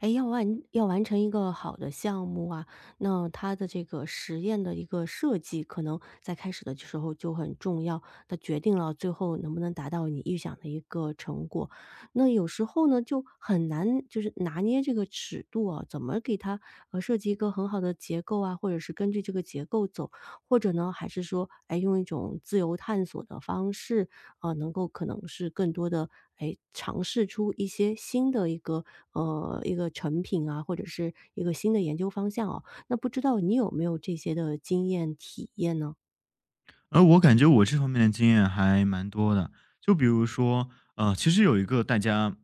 哎，要完成一个好的项目啊，那它的这个实验的一个设计，可能在开始的时候就很重要，它决定了最后能不能达到你预想的一个成果。那有时候呢，就很难就是拿捏这个尺度啊，怎么给它设计一个很好的结构啊，或者是根据这个结构走。或者呢，还是说，哎，用一种自由探索的方式，啊，能够可能是更多的，哎，尝试出一些新的一个一个成品啊，或者是一个新的研究方向哦。那不知道你有没有这些的经验体验呢？而我感觉我这方面的经验还蛮多的，就比如说，其实有一个大家，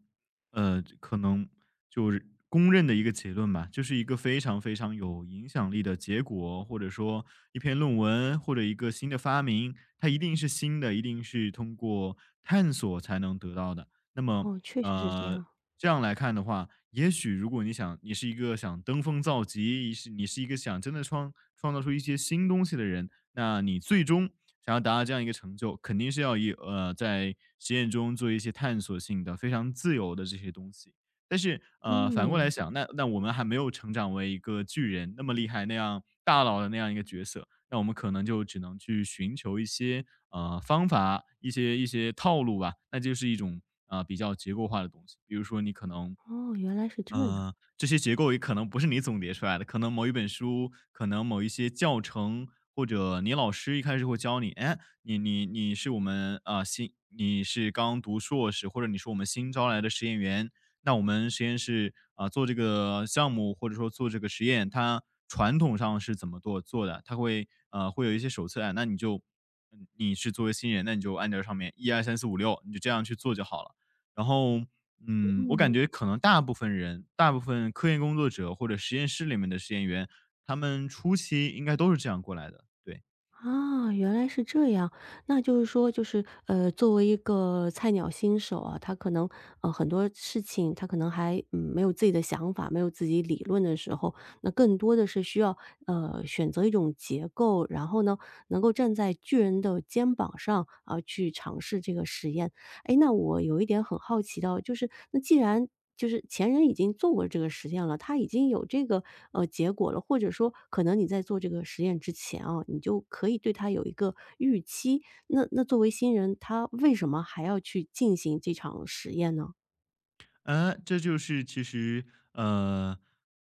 可能就是公认的一个结论吧，就是一个非常非常有影响力的结果，或者说一篇论文或者一个新的发明，它一定是新的，一定是通过探索才能得到的。那么，哦，确实是这呃，样。这样来看的话，也许如果你想，你是一个想登峰造极，是你是一个想真的创造出一些新东西的人。那你最终想要达到这样一个成就，肯定是要以在实验中做一些探索性的、非常自由的这些东西。但是嗯，反过明。来想，那我们还没有成长为一个巨人那么厉害、那样大佬的那样一个角色，那我们可能就只能去寻求一些方法、一些套路吧，那就是一种比较结构化的东西。比如说，你可能哦，原来是这样。嗯，这些结构也可能不是你总结出来的，可能某一本书，可能某一些教程，或者你老师一开始会教你，哎，你你你是我们啊、呃新，你是刚读硕士，或者你是我们新招来的实验员，那我们实验室做这个项目或者说做这个实验，它传统上是怎么做的？它会有一些手册啊，那你就嗯你是作为新人，那你就按照上面一二三四五六，你就这样去做就好了。然后我感觉可能大部分人，大部分科研工作者或者实验室里面的实验员，他们初期应该都是这样过来的，对。啊，原来是这样。那就是说，就是作为一个菜鸟新手啊，他可能很多事情他可能还没有自己的想法，没有自己理论的时候，那更多的是需要选择一种结构，然后呢能够站在巨人的肩膀上啊、去尝试这个实验。哎，那我有一点很好奇到，就是那既然就是前人已经做过这个实验了，他已经有这个结果了，或者说可能你在做这个实验之前啊，你就可以对他有一个预期。那那作为新人，他为什么还要去进行这场实验呢？这就是其实，呃，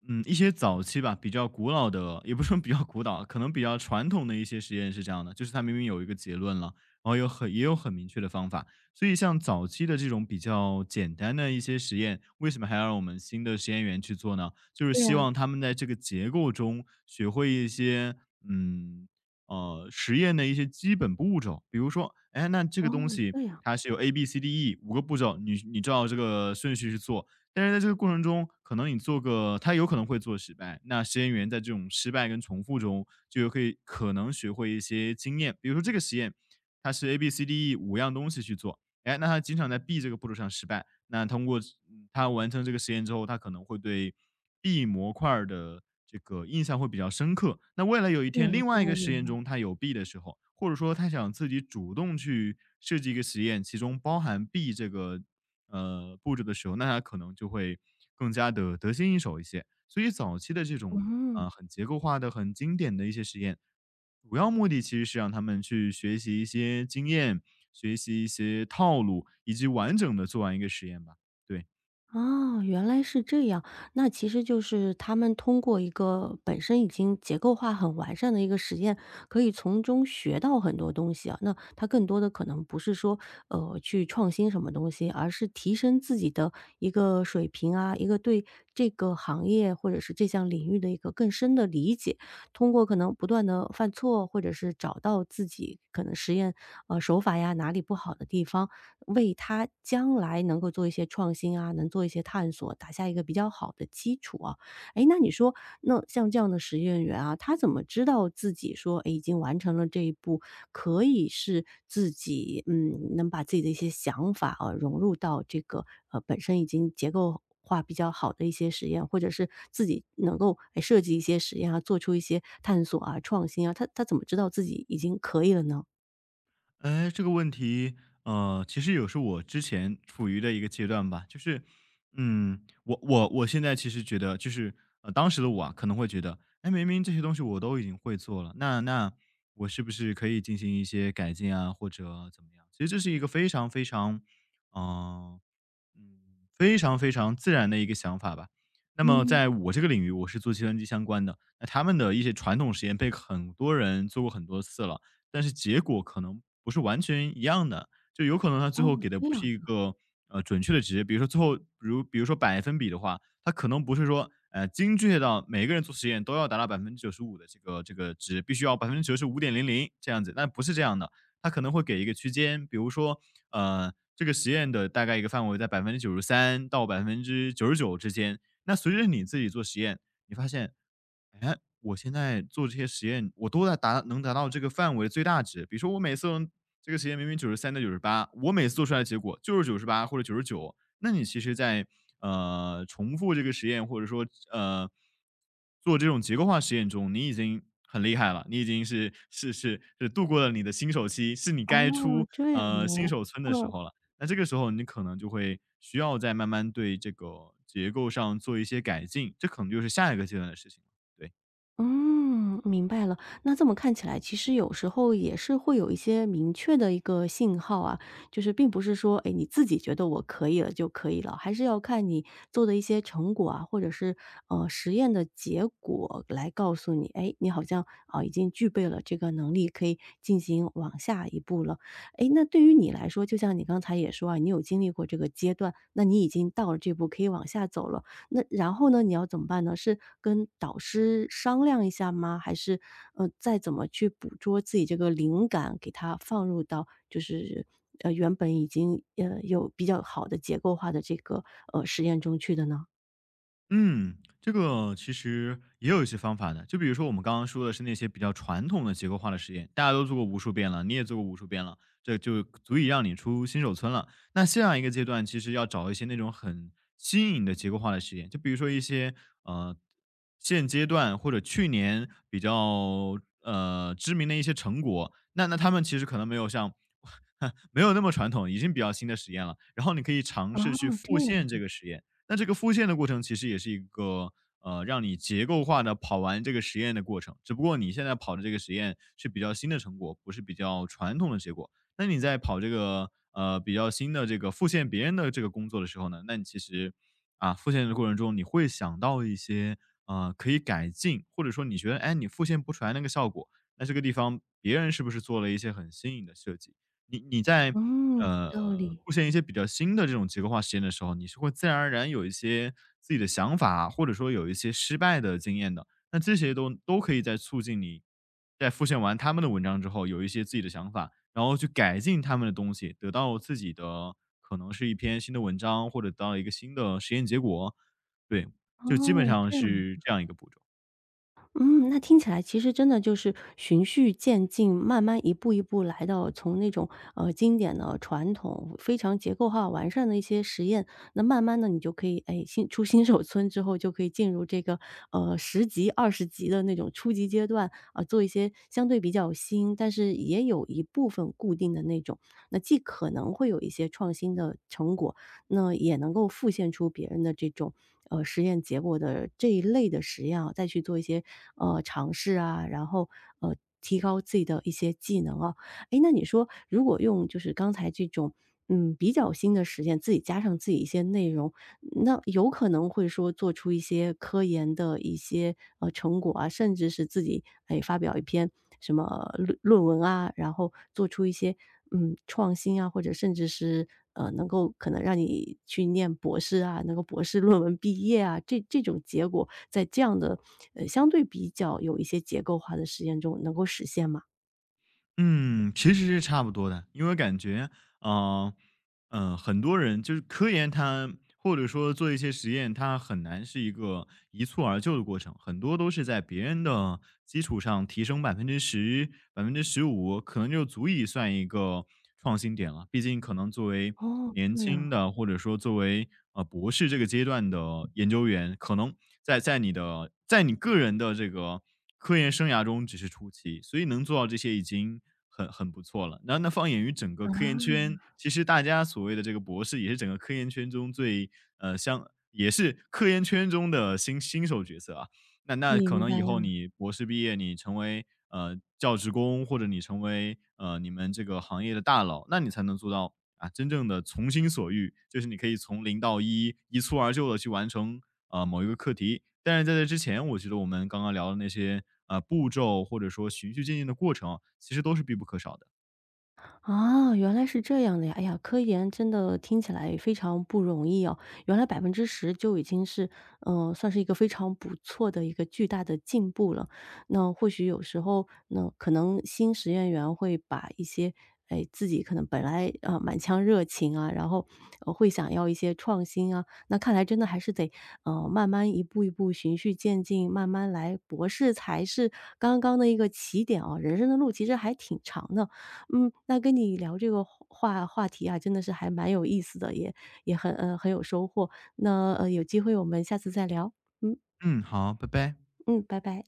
一些早期吧，比较古老的，也不是说比较古老，可能比较传统的一些实验是这样的，就是它明明有一个结论了，然后也有很明确的方法，所以像早期的这种比较简单的一些实验，为什么还要让我们新的实验员去做呢？就是对啊。希望他们在这个结构中学会一些，嗯，实验的一些基本步骤，比如说，哎，那这个东哦，西这样。它是有 A B C D E 五个步骤，你照这个顺序去做。但是在这个过程中，可能你做个它有可能会做失败，那实验员在这种失败跟重复中，就可能学会一些经验。比如说这个实验，它是 A B C D E 五样东西去做，哎，那他经常在 B 这个步骤上失败，那通过嗯他完成这个实验之后，他可能会对 B 模块儿的这个印象会比较深刻。那未来有一天，有另外一道个理实验呢。中他有 B 的时候，或者说他想自己主动去设计一个实验，其中包含 B 这个布置的时候，那他可能就会更加的得心应手一些。所以早期的这种，嗯。很结构化的、很经典的一些实验，主要目的其实是让他们去学习一些经验，学习一些套路，以及完整的做完一个实验吧，对。哦，原来是这样。那其实就是他们通过一个本身已经结构化很完善的一个实验，可以从中学到很多东西啊。那他更多的可能不是说，呃，去创新什么东西，而是提升自己的一个水平啊，一个对这个行业或者是这项领域的一个更深的理解。通过可能不断的犯错，或者是找到自己可能实验，呃，手法呀，哪里不好的地方，为他将来能够做一些创新啊，能做一些探索，打下一个比较好的基础啊。哎，那你说，那像这样的实验员啊，他怎么知道自己说，哎，已经完成了这一步，可以是自己，嗯，能把自己的一些想法啊，融入到这个，呃，本身已经结构化比较好的一些实验，或者是自己能够，哎设计一些实验啊，做出一些探索啊、创新啊，他怎么知道自己已经可以了呢？哎，这个问题，其实也是我之前处于的一个阶段吧，就是，我现在其实觉得，就是当时的我啊，可能会觉得，哎，明明这些东西我都已经会做了，那我是不是可以进行一些改进啊，或者怎么样？其实这是一个非常非常，嗯、嗯，非常非常自然的一个想法吧。那么嗯。在我这个领域，我是做计算机相关的，那他们的一些传统实验被很多人做过很多次了，但是结果可能不是完全一样的，就有可能他哦，最后给的这不是样一的。个准确的值，比如说最后，比如说百分比的话，它可能不是说精确到每个人做实验都要达到百分之九十五的这个值，必须要95.00%这样子，但不是这样的，它可能会给一个区间，比如说这个实验的大概一个范围在93%到99%之间。那随着你自己做实验，你发现哎，我现在做这些实验，我都在能达到这个范围的最大值。比如说我每次能这个实验明明93到98，我每次做出来的结果就是九十八或者九十九。那你其实在，重复这个实验或者说，呃，做这种结构化实验中，你已经很厉害了，你已经是度过了你的新手期，是你哦，该出，这样。新手村的时嗯。候了。那这个时候你可能就会需要再慢慢对这个结构上做一些改进，这可能就是下一个阶段的事情了，对。嗯，明白了。那这么看起来，其实有时候也是会有一些明确的一个信号啊，就是并不是说，哎，你自己觉得我可以了就可以了，还是要看你做的一些成果啊，或者是实验的结果来告诉你，哎，你好像啊、已经具备了这个能力，可以进行往下一步了。哎，那对于你来说，就像你刚才也说啊，你有经历过这个阶段，那你已经到了这步，可以往下走了。那然后呢，你要怎么办呢？是跟导师商量一下吗？还是，呃，再怎么去捕捉自己这个灵感，给它放入到就是，呃，原本已经，呃，有比较好的结构化的这个，呃，实验中去的呢？嗯，这个其实也有一些方法的，就比如说我们刚刚说的是那些比较传统的结构化的实验，大家都做过无数遍了，你也做过无数遍了，这就足以让你出新手村了。那下一个阶段，其实要找一些那种很新颖的结构化的实验，就比如说一些呃现阶段或者去年比较知名的一些成果，那他们其实可能没有像 没有那么传统，已经比较新的实验了，然后你可以尝哦，试去这复样。现这个实验。那这个复现的过程其实也是一个让你结构化的跑完这个实验的过程，只不过你现在跑的这个实验是比较新的成果，不是比较传统的结果。那你在跑这个，比较新的这个复现别人的这个工作的时候呢，那你其实，复现的过程中你会想到一些，可以改进，或者说你觉得，哎，你复现不出来那个效果，那这个地方别人是不是做了一些很新颖的设计？你在，嗯。有呃，道理。复现一些比较新的这种结构化实验的时候，你是会自然而然有一些自己的想法，或者说有一些失败的经验的。那这些都可以在促进你在复现完他们的文章之后，有一些自己的想法，然后去改进他们的东西，得到自己的可能是一篇新的文章，或者得到一个新的实验结果。对，就基本哦，上这样。是这样一个步骤。嗯，那听起来其实真的就是循序渐进，慢慢一步一步来到从那种，呃，经典的传统非常结构化完善的一些实验，那慢慢的你就可以，哎，新出新手村之后就可以进入这个，呃十级、20级的那种初级阶段，啊，做一些相对比较新，但是也有一部分固定的那种，那既可能会有一些创新的成果，那也能够复现出别人的这种实验结果的这一类的实验啊，再去做一些尝试啊，然后呃提高自己的一些技能啊。诶，那你说如果用就是刚才这种比较新的实验，自己加上自己一些内容，那有可能会说做出一些科研的一些成果啊，甚至是自己哎发表一篇什么论文啊，然后做出一些创新啊，或者甚至是能够可能让你去念博士啊，能够博士论文毕业啊，这种结果在这样的相对比较有一些结构化的实验中能够实现吗？嗯，其实是差不多的，因为感觉，嗯。很多人就是科研它或者说做一些实验，它很难是一个一蹴而就的过程，很多都是在别人的基础上提升百分之十、15%，可能就足以算一个创新点了。毕竟可能作为哦，年对了。轻的，或者说作为博士这个阶段的研究员，可能在你个人的这个科研生涯中只是初期，所以能做到这些已经很不错了。然后那放眼于整个科研圈，其实大家所谓的这个博士，也是整个科研圈中像也是科研圈中的新手角色啊。那可明能白。以后你博士毕业，你成为教职工，或者你成为你们这个行业的大佬，那你才能做到真正的从心所欲，就是你可以从零到一，一蹴而就的去完成某一个课题。但是在这之前，我觉得我们刚刚聊的那些，步骤或者说循序渐进的过程，其实都是必不可少的。啊，原来是这样的呀！哎呀，科研真的听起来非常不容易哦。原来10%就已经是，嗯，算是一个非常不错的一个巨大的进步了。那或许有时候，那可能新实验员会把一些，哎，自己可能本来，啊满腔热情啊，然后，会想要一些创新啊，那看来真的还是得，呃，慢慢一步一步循序渐进，慢慢来。博士才是刚刚的一个起点哦，人生的路其实还挺长的。嗯，那跟你聊这个话题啊，真的是还蛮有意思的，也很很有收获。那有机会我们下次再聊。嗯。嗯，好，拜拜。嗯，拜拜。